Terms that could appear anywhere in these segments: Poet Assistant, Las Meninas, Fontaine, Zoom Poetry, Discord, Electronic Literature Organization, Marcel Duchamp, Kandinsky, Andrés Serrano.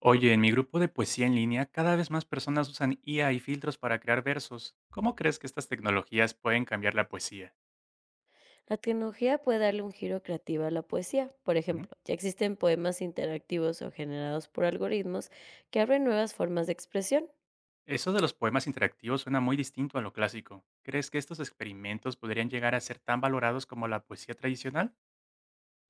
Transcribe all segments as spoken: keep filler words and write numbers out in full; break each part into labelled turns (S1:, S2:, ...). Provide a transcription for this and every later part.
S1: Oye, en mi grupo de poesía en línea, cada vez más personas usan I A y filtros para crear versos. ¿Cómo crees que estas tecnologías pueden cambiar la poesía?
S2: La tecnología puede darle un giro creativo a la poesía. Por
S1: Ujú.
S2: ejemplo, ya existen poemas interactivos o generados por algoritmos que abren nuevas formas de expresión.
S1: Eso de los poemas interactivos suena muy distinto a lo clásico. ¿Crees que estos experimentos podrían llegar a ser tan valorados como la poesía tradicional?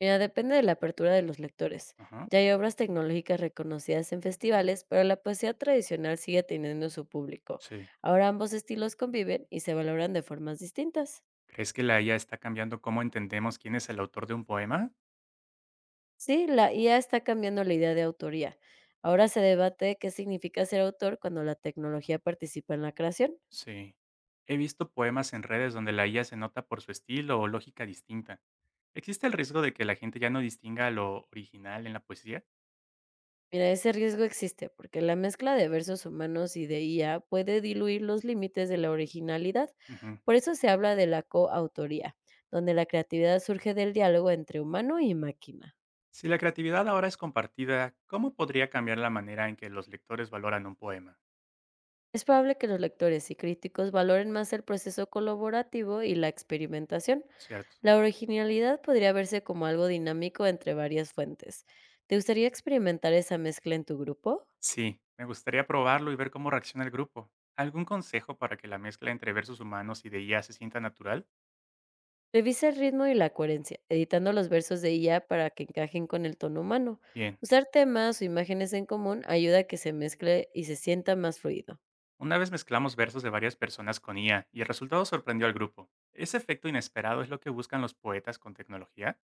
S2: Mira, depende de la apertura de los lectores.
S1: Ajá,
S2: Ya hay obras tecnológicas reconocidas en festivales, pero la poesía tradicional sigue teniendo su público.
S1: sí.
S2: Ahora ambos estilos conviven y se valoran de formas distintas.
S1: ¿Crees que la I A está cambiando cómo entendemos quién es el autor de un poema?
S2: Sí, la I A está cambiando la idea de autoría. Ahora se debate qué significa ser autor cuando la tecnología participa en la creación.
S1: Sí. He visto poemas en redes donde la I A se nota por su estilo o lógica distinta. ¿Existe el riesgo de que la gente ya no distinga lo original en la poesía?
S2: Mira, ese riesgo existe porque la mezcla de versos humanos y de I A puede diluir los límites de la originalidad.
S1: Ujú.
S2: Por eso se habla de la coautoría, donde la creatividad surge del diálogo entre humano y máquina.
S1: Si la creatividad ahora es compartida, ¿cómo podría cambiar la manera en que los lectores valoran un poema?
S2: Es probable que los lectores y críticos valoren más el proceso colaborativo y la experimentación.
S1: Cierto.
S2: La originalidad podría verse como algo dinámico entre varias fuentes. ¿Te gustaría experimentar esa mezcla en tu grupo?
S1: Sí, me gustaría probarlo y ver cómo reacciona el grupo. ¿Algún consejo para que la mezcla entre versos humanos y de I A se sienta natural?
S2: Revisa el ritmo y la coherencia, editando los versos de I A para que encajen con el tono humano.
S1: Bien,
S2: Usar temas o imágenes en común ayuda a que se mezcle y se sienta más fluido.
S1: una vez mezclamos versos de varias personas con I A y el resultado sorprendió al grupo. ¿Ese efecto inesperado es lo que buscan los poetas con tecnología?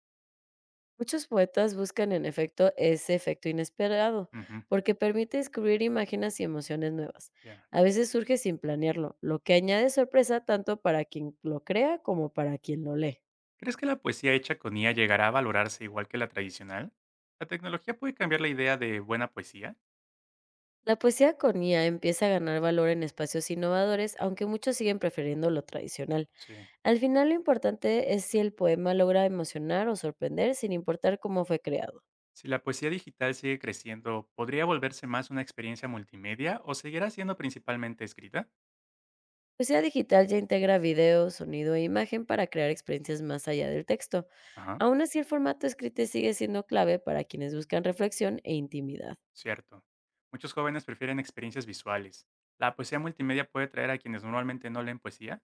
S2: Muchos poetas buscan en efecto ese efecto inesperado,
S1: Ujú,
S2: porque permite descubrir imágenes y emociones nuevas.
S1: ya.
S2: A veces surge sin planearlo, lo que añade sorpresa tanto para quien lo crea como para quien lo lee.
S1: ¿Crees que la poesía hecha con I A llegará a valorarse igual que la tradicional? ¿La tecnología puede cambiar la idea de buena poesía?
S2: La poesía con I A empieza a ganar valor en espacios innovadores, aunque muchos siguen prefiriendo lo tradicional.
S1: Sí.
S2: Al final, lo importante es si el poema logra emocionar o sorprender sin importar cómo fue creado.
S1: Si la poesía digital sigue creciendo, ¿podría volverse más una experiencia multimedia o seguirá siendo principalmente escrita?
S2: Poesía digital ya integra video, sonido e imagen para crear experiencias más allá del texto.
S1: Ajá,
S2: Aún así, el formato escrito sigue siendo clave para quienes buscan reflexión e intimidad.
S1: cierto. Muchos jóvenes prefieren experiencias visuales. ¿La poesía multimedia puede traer a quienes normalmente no leen poesía?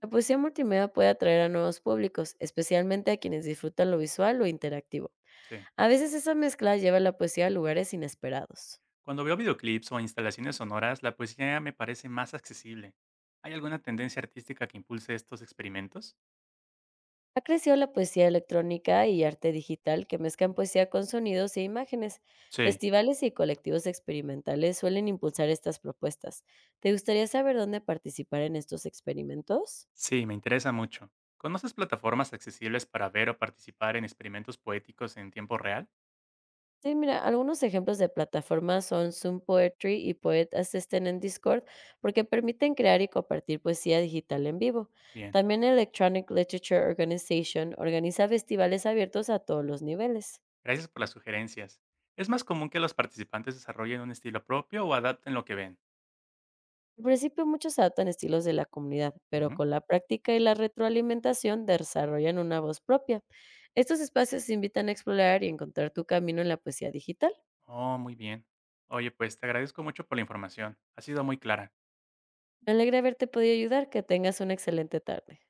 S2: La poesía multimedia puede atraer a nuevos públicos, especialmente a quienes disfrutan lo visual o interactivo.
S1: Sí.
S2: A veces esa mezcla lleva a la poesía a lugares inesperados.
S1: Cuando veo videoclips o instalaciones sonoras, la poesía me parece más accesible. ¿Hay alguna tendencia artística que impulse estos experimentos?
S2: Ha crecido la poesía electrónica y arte digital que mezclan poesía con sonidos e imágenes.
S1: Sí.
S2: Festivales y colectivos experimentales suelen impulsar estas propuestas. ¿Te gustaría saber dónde participar en estos experimentos?
S1: Sí, me interesa mucho. ¿Conoces plataformas accesibles para ver o participar en experimentos poéticos en tiempo real?
S2: Sí, mira, algunos ejemplos de plataformas son Zoom Poetry y Poet Assistant en Discord porque permiten crear y compartir poesía digital en vivo.
S1: Bien.
S2: También Electronic Literature Organization organiza festivales abiertos a todos los niveles.
S1: Gracias por las sugerencias. Es más común que los participantes desarrollen un estilo propio o adapten lo que ven.
S2: Al principio muchos se adaptan estilos de la comunidad, pero
S1: Ujú.
S2: con la práctica y la retroalimentación desarrollan una voz propia. Estos espacios te invitan a explorar y encontrar tu camino en la poesía digital.
S1: Oh, muy bien. Oye, pues te agradezco mucho por la información. Ha sido muy clara.
S2: Me alegra haberte podido ayudar, que tengas una excelente tarde.